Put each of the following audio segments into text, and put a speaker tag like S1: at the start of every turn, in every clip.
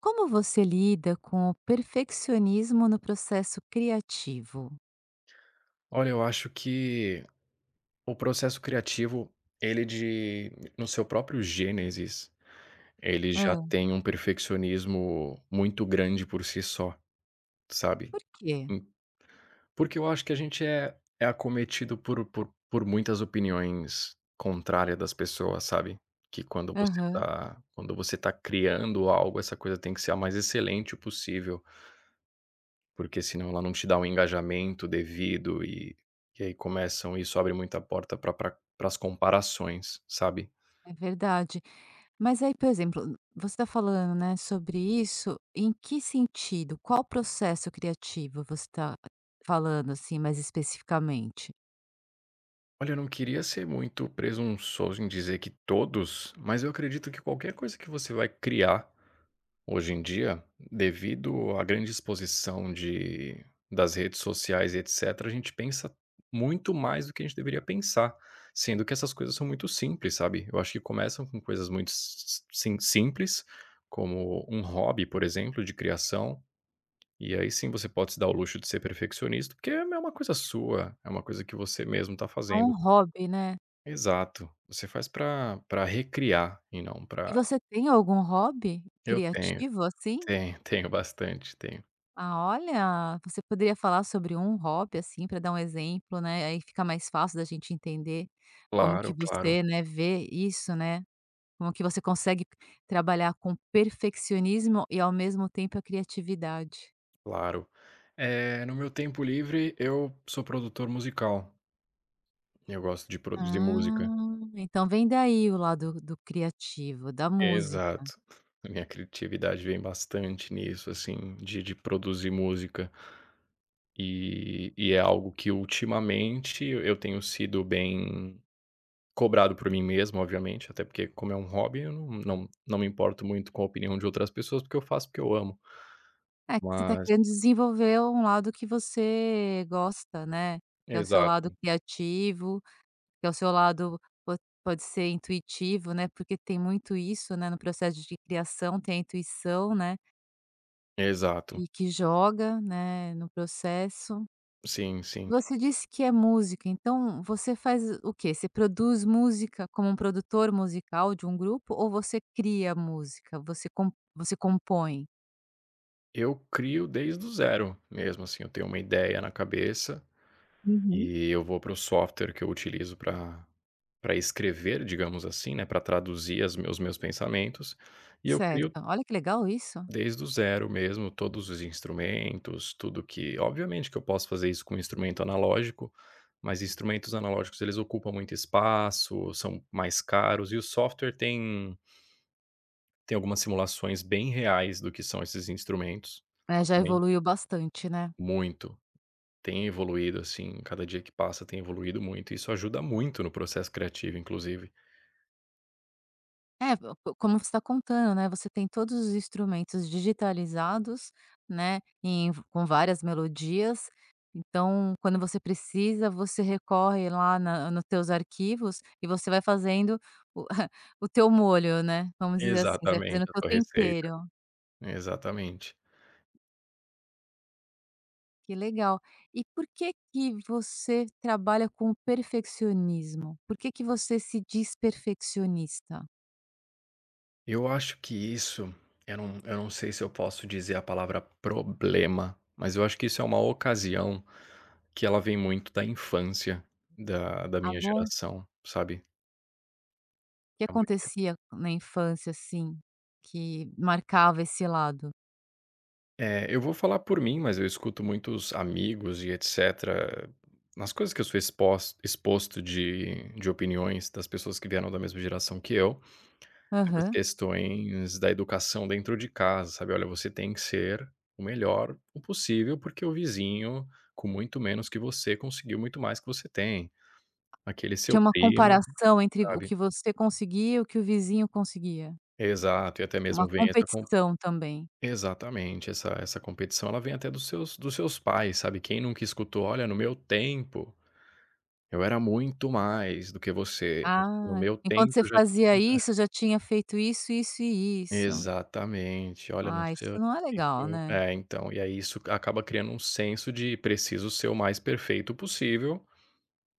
S1: Como você lida com o perfeccionismo no processo criativo?
S2: Olha, eu acho que o processo criativo, ele de no seu próprio gênesis, ele já
S1: Hã,
S2: tem um perfeccionismo muito grande por si só, sabe.
S1: por quê?
S2: Hum, porque eu acho que a gente é acometido por muitas opiniões contrárias das pessoas, sabe. Que quando você
S1: Aham,
S2: tá quando você tá criando algo, essa coisa tem que ser a mais excelente possível. Porque senão ela não te dá um engajamento devido e aí começam isso abre muita porta pra pra para as comparações, sabe.
S1: é verdade. Mas aí, por exemplo, você está falando, né, sobre isso, em que sentido? Qual processo criativo você está falando, assim, mais especificamente?
S2: Olha, eu não queria ser muito presunçoso em dizer que todos, mas eu acredito que qualquer coisa que você vai criar hoje em dia, devido à grande exposição de das redes sociais e etcétera, a gente pensa muito mais do que a gente deveria pensar, sendo que essas coisas são muito simples, sabe. Eu acho que começam com coisas muito s sim simples, como um hobby, por exemplo, de criação, e aí sim você pode se dar o luxo de ser perfeccionista, porque é uma coisa sua, é uma coisa que você mesmo está
S1: É
S2: fazendo.
S1: um hobby, né.
S2: Exato, você faz para recriar e não
S1: E
S2: para.
S1: você tem algum hobby
S2: Eu tenho,
S1: criativo, assim?
S2: tenho, tenho bastante, tenho.
S1: Ah, olha, você poderia falar sobre um hobby, assim, para dar um exemplo, né, aí fica mais fácil da gente entender como que
S2: Claro, claro,
S1: você, né, vê isso, né, como que você consegue trabalhar com perfeccionismo e ao mesmo tempo a criatividade.
S2: claro. No meu tempo livre, eu sou produtor musical. Eu gosto de produzir
S1: Ah,
S2: música.
S1: então vem daí o lado do criativo, da música.
S2: Exato. A minha criatividade vem bastante nisso, assim, de produzir música. E é algo que ultimamente eu tenho sido bem cobrado por mim mesmo, obviamente, até porque como é um hobby, eu não me importo muito com a opinião de outras pessoas, porque eu faço porque eu amo.
S1: É que você está
S2: Mas
S1: querendo desenvolver um lado que você gosta, né, que é o seu lado
S2: exato,
S1: criativo. Que ao seu lado po pode ser intuitivo, né, porque tem muito isso, né, no processo de criação, tem a intuição, né,
S2: exato.
S1: e que joga, né, no processo.
S2: Sim, sim.
S1: Você disse que é música, então você faz o quê? Você produz música como um produtor musical de um grupo ou você cria música? Você com você compõe?
S2: Eu crio desde o zero mesmo, assim, eu tenho uma ideia na cabeça
S1: Uhum.
S2: e eu vou para o software que eu utilizo para escrever, digamos assim, né, para traduzir os meus pensamentos, e eu
S1: Certo.
S2: crio
S1: Olha que legal isso.
S2: desde o zero mesmo todos os instrumentos, tudo que obviamente que eu posso fazer isso com instrumento analógico, mas instrumentos analógicos eles ocupam muito espaço, são mais caros e o software tem algumas simulações bem reais do que são esses instrumentos,
S1: É, já
S2: obviamente
S1: evoluiu bastante, né?
S2: muito. Tem evoluído, assim, cada dia que passa tem evoluído muito, isso ajuda muito no processo criativo, inclusive.
S1: É, po como você está contando, né, você tem todos os instrumentos digitalizados, né, em com várias melodias, então quando você precisa, você recorre lá na no teus arquivos e você vai fazendo o o teu molho, né, vamos dizer assim, você vai fazendo
S2: Exatamente,
S1: o
S2: a
S1: teu
S2: sua receita.
S1: tempero.
S2: Exatamente.
S1: Que legal. E por que que você trabalha com perfeccionismo? Por que que você se diz perfeccionista?
S2: Eu acho que isso eu não sei se eu posso dizer a palavra problema, mas eu acho que isso é uma ocasião que ela vem muito da infância da
S1: Tá
S2: minha
S1: bom?
S2: geração, sabe.
S1: Que
S2: É uma
S1: acontecia na infância, assim, que marcava esse lado?
S2: É, eu vou falar por mim, mas eu escuto muitos amigos e etcétera, nas coisas que eu sou exposto de opiniões das pessoas que vieram da mesma geração que eu, das
S1: Aham.
S2: questões da educação dentro de casa, sabe, "Olha, você tem que ser o melhor o possível, porque o vizinho com muito menos que você conseguiu muito mais que você tem, aquele seu
S1: Tinha uma
S2: primo",
S1: comparação entre o
S2: sabe?
S1: que você conseguia e o que o vizinho conseguia?
S2: Exato, e até mesmo
S1: Uma
S2: vem essa.
S1: competição também.
S2: Exatamente, essa competição ela vem até dos seus pais, sabe, quem nunca escutou: "Olha, no meu tempo, eu era muito mais do que você. No
S1: Ah,
S2: meu
S1: enquanto
S2: tempo
S1: você
S2: eu já
S1: fazia isso, já tinha feito isso, isso e isso.
S2: Exatamente. Olha, no
S1: Ah, isso
S2: seu."
S1: não é legal,
S2: Isso
S1: né.
S2: é, então, e aí isso acaba criando um senso de: "Preciso ser o mais perfeito possível,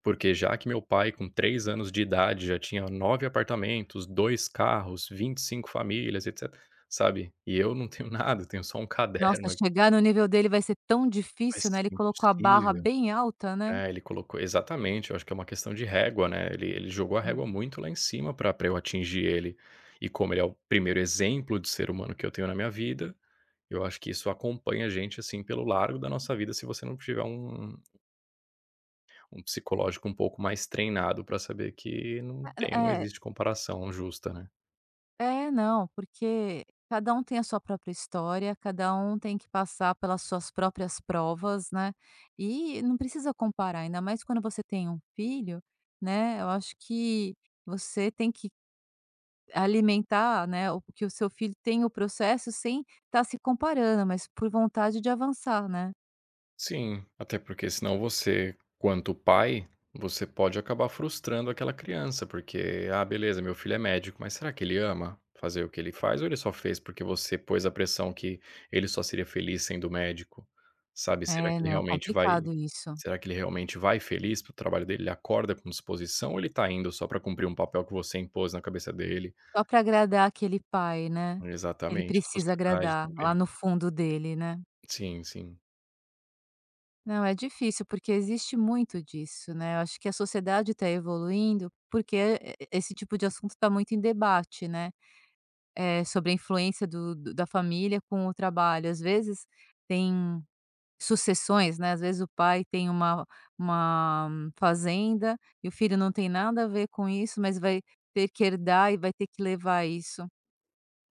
S2: porque já que meu pai com 3 anos de idade já tinha 9 apartamentos, 2 carros, 25 famílias, etc", sabe, e eu não tenho nada, eu tenho só um
S1: Nossa,
S2: caderno aqui,
S1: chegar no nível dele vai ser tão
S2: vai
S1: difícil, né,
S2: ser
S1: ele colocou a barra
S2: impossível.
S1: bem alta, né.
S2: É, ele colocou exatamente, eu acho que é uma questão de régua, né, ele jogou a
S1: Aham.
S2: régua muito lá em cima pra eu atingir ele. E como ele é o primeiro exemplo de ser humano que eu tenho na minha vida, eu acho que isso acompanha a gente, assim, pelo largo da nossa vida, se você não tiver um psicológico um pouco mais treinado pra saber que não
S1: É,
S2: existe comparação justa, né.
S1: É, não, porque cada um tem a sua própria história, cada um tem que passar pelas suas próprias provas, né? E não precisa comparar, ainda mais quando você tem um filho, né? Eu acho que você tem que alimentar, né, o que o seu filho tem o processo sem estar se comparando, mas por vontade de avançar, né?
S2: Sim, até porque senão você, quanto pai, você pode acabar frustrando aquela criança, porque, ah, beleza, meu filho é médico, mas será que ele ama fazer o que ele faz ou ele só fez porque você pôs a pressão que ele só seria feliz sendo médico? Sabe,
S1: É, né? Complicado isso.
S2: será que ele realmente vai feliz para trabalho dele? Ele acorda com disposição ou ele está indo só para cumprir um papel que você impôs na cabeça dele?
S1: Só para agradar aquele pai, né? Ele
S2: Exatamente, a
S1: precisa
S2: sociedade
S1: agradar lá
S2: também.
S1: no fundo dele, né?
S2: Sim, sim.
S1: Não, é difícil, porque existe muito disso, né. Eu acho que a sociedade está evoluindo, porque e esse tipo de assunto está muito em debate, né, sobre a influência do da família com o trabalho. Às vezes tem sucessões, né, às vezes o pai tem uma fazenda e o filho não tem nada a ver com isso, mas vai ter que herdar e vai ter que levar isso,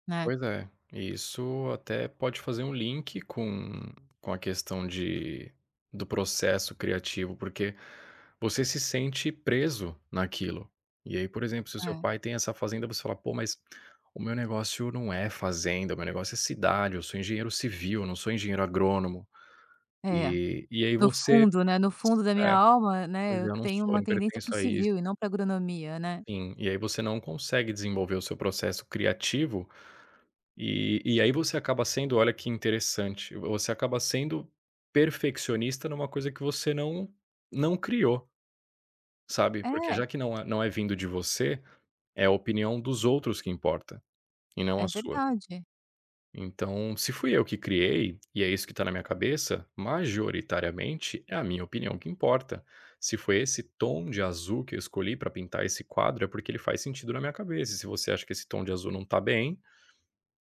S1: né.
S2: Pois é, e isso até pode fazer um link com a questão de do processo criativo, porque você se sente preso naquilo. E aí, por exemplo, se o seu
S1: É,
S2: pai tem essa fazenda, você fala: "Pô, mas o meu negócio não é fazenda, o meu negócio é cidade, eu sou engenheiro civil, eu não sou engenheiro agrônomo."
S1: é.
S2: E aí
S1: No
S2: você
S1: fundo, né, no fundo da minha
S2: é,
S1: alma,
S2: pois
S1: né, eu
S2: é, eu não
S1: tenho
S2: sou, eu
S1: uma
S2: não
S1: tendência para o
S2: pertenço a isso,
S1: civil e não para agronomia, né.
S2: enfim. E aí você não consegue desenvolver o seu processo criativo. E aí você acaba sendo, olha que interessante, você acaba sendo perfeccionista numa coisa que você não criou, sabe, porque
S1: É,
S2: já que não é vindo de você, é a opinião dos outros que importa, e não
S1: é
S2: a sua.
S1: verdade.
S2: Então, se fui eu que criei, e é isso que está na minha cabeça, majoritariamente é a minha opinião que importa. Se foi esse tom de azul que eu escolhi para pintar esse quadro, é porque ele faz sentido na minha cabeça, e se você acha que esse tom de azul não está bem,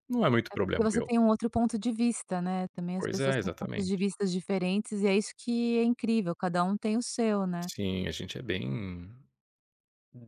S2: não é muito
S1: É porque
S2: problema
S1: você
S2: meu.
S1: tem um outro ponto de vista, né, também as
S2: Pois
S1: pessoas
S2: é,
S1: têm pontos de
S2: exatamente.
S1: vistas diferentes e é isso que é incrível, cada um tem o seu, né.
S2: Sim, a gente é bem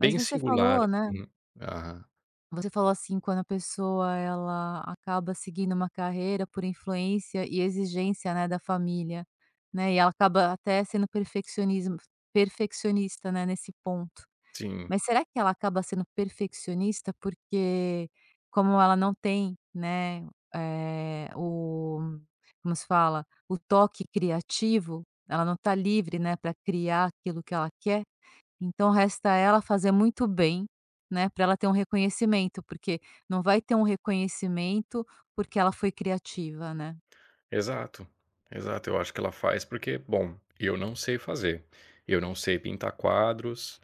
S1: Mas você
S2: singular,
S1: falou, né,
S2: assim. Aham.
S1: você falou assim, quando a pessoa ela acaba seguindo uma carreira por influência e exigência, né, da família, né, e ela acaba até sendo perfeccionismo perfeccionista, né, nesse ponto.
S2: Sim,
S1: Mas será que ela acaba sendo perfeccionista porque como ela não tem, né, eh, o como se fala? O toque criativo, ela não está livre, né, para criar aquilo que ela quer, então resta ela fazer muito bem, né, para ela ter um reconhecimento, porque não vai ter um reconhecimento porque ela foi criativa, né.
S2: exato, exato. Eu acho que ela faz porque, bom, eu não sei fazer. Eu não sei pintar quadros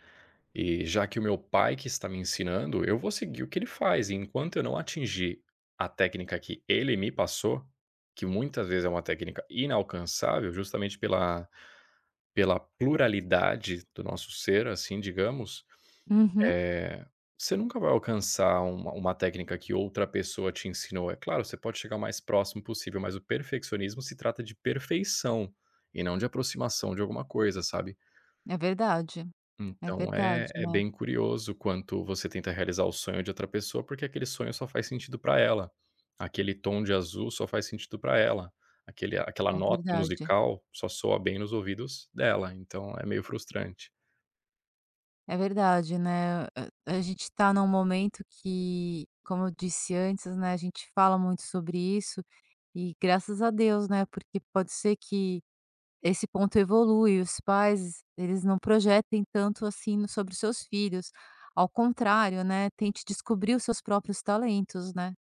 S2: e já que o meu pai que está me ensinando, eu vou seguir o que ele faz e enquanto eu não atingir a técnica que ele me passou, que muitas vezes é uma técnica inalcançável, justamente pela pluralidade do nosso ser, assim, digamos.
S1: Uhum.
S2: Eh, Você nunca vai alcançar uma técnica que outra pessoa te ensinou. É claro, você pode chegar o mais próximo possível, mas o perfeccionismo se trata de perfeição e não de aproximação de alguma coisa, sabe.
S1: É verdade. É
S2: Então é
S1: verdade,
S2: é
S1: né.
S2: bem curioso quanto você tenta realizar o sonho de outra pessoa, porque aquele sonho só faz sentido pra ela. Aquele tom de azul só faz sentido pra ela. Aquele aquela
S1: É
S2: nota
S1: verdade.
S2: musical só soa bem nos ouvidos dela, então é meio frustrante.
S1: É verdade, né? A gente está num momento que, como eu disse antes, né, a gente fala muito sobre isso e graças a Deus, né? Porque pode ser que esse ponto evolui, os pais, eles não projetem tanto assim sobre os seus filhos. Ao contrário, né? Tente descobrir os seus próprios talentos, né?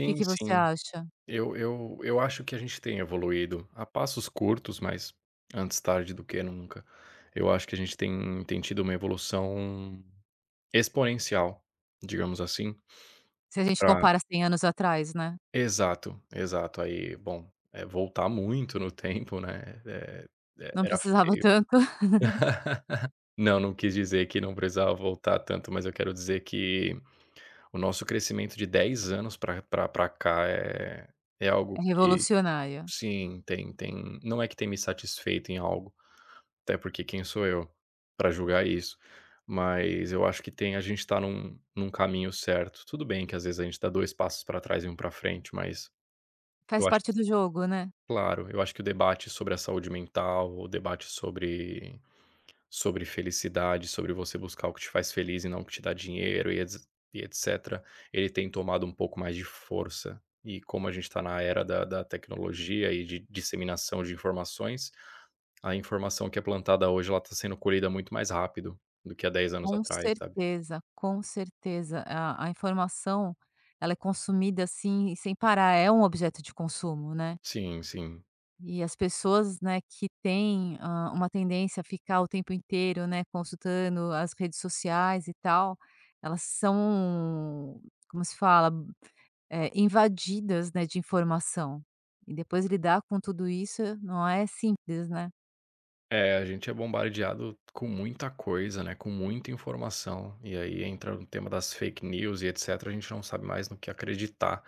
S1: O que que você
S2: sim.
S1: acha?
S2: Eu acho que a gente tem evoluído a passos curtos, mas antes tarde do que nunca. Eu acho que a gente tem tido uma evolução exponencial, digamos assim,
S1: Se a gente
S2: pra.
S1: compara 100 anos atrás, né?
S2: Exato, exato. Aí, bom, voltar muito no tempo, né, eh, eh,
S1: Não
S2: era
S1: precisava
S2: fe
S1: tanto,
S2: não, não quis dizer que não precisava voltar tanto, mas eu quero dizer que o nosso crescimento de 10 anos pra cá é
S1: é
S2: algo que.
S1: revolucionário.
S2: Sim, tem não é que tem me satisfeito em algo. Até porque quem sou eu para julgar isso? Mas eu acho que tem a gente tá num caminho certo. Tudo bem que às vezes a gente dá 2 passos para trás e um para frente, mas eu
S1: Faz
S2: acho
S1: parte
S2: que
S1: do jogo, né?
S2: claro, eu acho que o debate sobre a saúde mental, o debate sobre felicidade, sobre você buscar o que te faz feliz e não o que te dá dinheiro e etc, e etcétera, ele tem tomado um pouco mais de força. E como a gente está na era da tecnologia e de disseminação de informações, a informação que é plantada hoje, ela está sendo colhida muito mais rápido do que há dez anos
S1: Com
S2: atrás, sabe.
S1: certeza, com certeza. A informação, ela é consumida, assim, sem parar, é um objeto de consumo, né.
S2: Sim, sim.
S1: E as pessoas, né, que têm, uma tendência a ficar o tempo inteiro, né, consultando as redes sociais e tal, elas são, como se fala, invadidas, né, de informação. E depois lidar com tudo isso não é simples, né.
S2: É, a gente é bombardeado com muita coisa, né, com muita informação, e aí entra no tema das fake news e etcétera, a gente não sabe mais no que acreditar,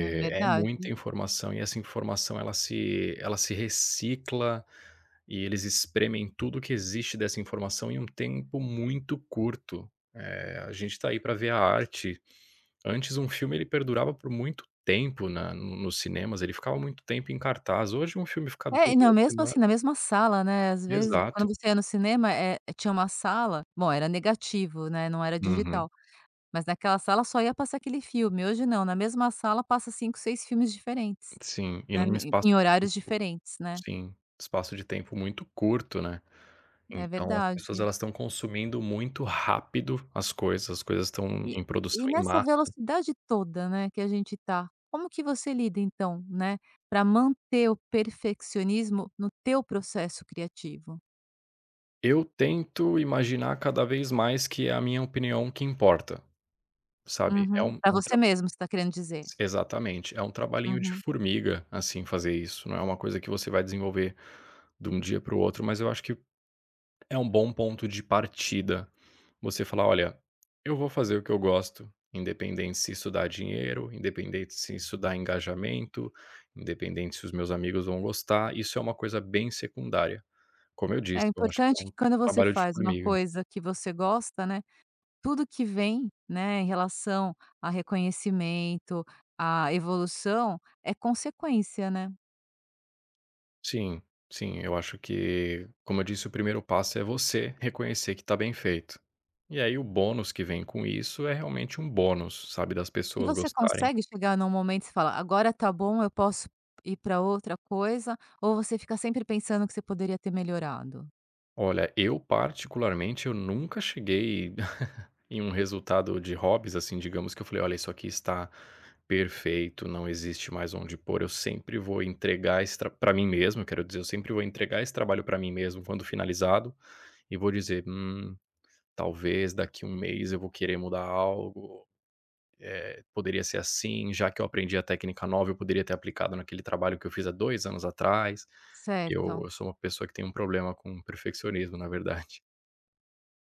S1: É
S2: é muita
S1: verdade.
S2: informação e essa informação ela se recicla e eles espremem tudo que existe dessa informação em um tempo muito curto. A gente está aí para ver a arte. Antes um filme ele perdurava por muito tempo na no nos cinemas, ele ficava muito tempo em cartaz, hoje um filme fica 2
S1: É, e não,
S2: 1
S1: mesmo
S2: semana.
S1: assim, na mesma sala, né, às vezes,
S2: Exato.
S1: quando você ia no cinema, tinha uma sala bom, era negativo, né, não era
S2: Uhum.
S1: digital, mas naquela sala só ia passar aquele filme, hoje não, na mesma sala passa 5, 6 filmes diferentes,
S2: Sim, e
S1: né,
S2: num
S1: no
S2: espaço
S1: em
S2: de
S1: horários
S2: tempo,
S1: diferentes, né.
S2: sim, espaço de tempo muito curto, né.
S1: É
S2: Então as pessoas
S1: verdade.
S2: elas estão consumindo muito rápido as coisas estão
S1: E
S2: em
S1: e
S2: produção em
S1: nessa
S2: massa.
S1: velocidade toda, né, que a gente tá, como que você lida então, né, pra manter o perfeccionismo no teu processo criativo?
S2: Eu tento imaginar cada vez mais que é a minha opinião que importa, sabe. É
S1: Uhum.
S2: um é
S1: Pra
S2: um
S1: você mesmo, você tá querendo dizer.
S2: exatamente. É um trabalhinho de
S1: Uhum.
S2: formiga, assim, fazer isso, não é uma coisa que você vai desenvolver de um dia para o outro, mas eu acho que é um bom ponto de partida. Você falar: "Olha, eu vou fazer o que eu gosto, independente se isso dá dinheiro, independente se isso dá engajamento, independente se os meus amigos vão gostar", isso é uma coisa bem secundária. Como eu
S1: É
S2: disse, eu acho que é
S1: importante
S2: um
S1: que quando você
S2: trabalho de
S1: faz uma
S2: formiga.
S1: coisa que você gosta, né, tudo que vem, né, em relação a reconhecimento, a evolução, é consequência, né.
S2: Sim, sim, eu acho que, como eu disse, o primeiro passo é você reconhecer que está bem feito. E aí o bônus que vem com isso é realmente um bônus, sabe, das
S1: E
S2: pessoas
S1: você
S2: gostarem.
S1: consegue chegar num momento e você fala: "Agora tá bom, eu posso ir para outra coisa", ou você fica sempre pensando que você poderia ter melhorado?
S2: Olha, eu particularmente, eu nunca cheguei em um resultado de hobbies, assim, digamos que eu falei: "Olha, isso aqui está perfeito, não existe mais onde pôr." Eu sempre vou entregar esse para mim mesmo, quero dizer, eu sempre vou entregar esse trabalho para mim mesmo quando finalizado e vou dizer: talvez daqui um mês eu vou querer mudar algo, poderia ser assim, já que eu aprendi a técnica nova, eu poderia ter aplicado naquele trabalho que eu fiz há 2 anos atrás." Eu
S1: Certo.
S2: eu sou uma pessoa que tem um problema com perfeccionismo, na verdade.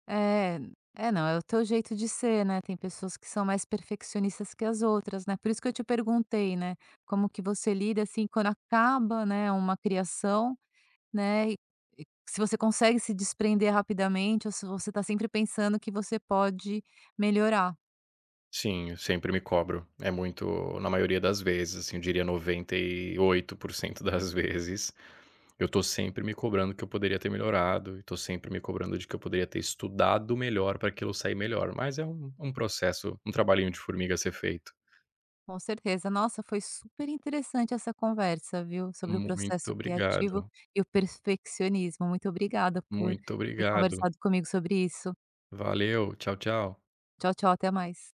S1: É, é não, é o teu jeito de ser, né, tem pessoas que são mais perfeccionistas que as outras, né, por isso que eu te perguntei, né, como que você lida, assim, quando acaba, né, uma criação, né, e se você consegue se desprender rapidamente ou se você tá sempre pensando que você pode melhorar.
S2: Sim, eu sempre me cobro. É muito, na maioria das vezes, assim, eu diria 98% das vezes, eu tô sempre me cobrando que eu poderia ter melhorado e tô sempre me cobrando de que eu poderia ter estudado melhor pra aquilo sair melhor, mas é um processo, um trabalhinho de formiga a ser feito.
S1: Com certeza. Nossa, foi super interessante essa conversa, viu, sobre o
S2: Muito
S1: processo criativo
S2: obrigado,
S1: e o perfeccionismo. Muito obrigada por
S2: muito
S1: ter
S2: obrigado.
S1: conversado comigo sobre isso.
S2: Valeu, tchau, tchau.
S1: Tchau, tchau, até mais.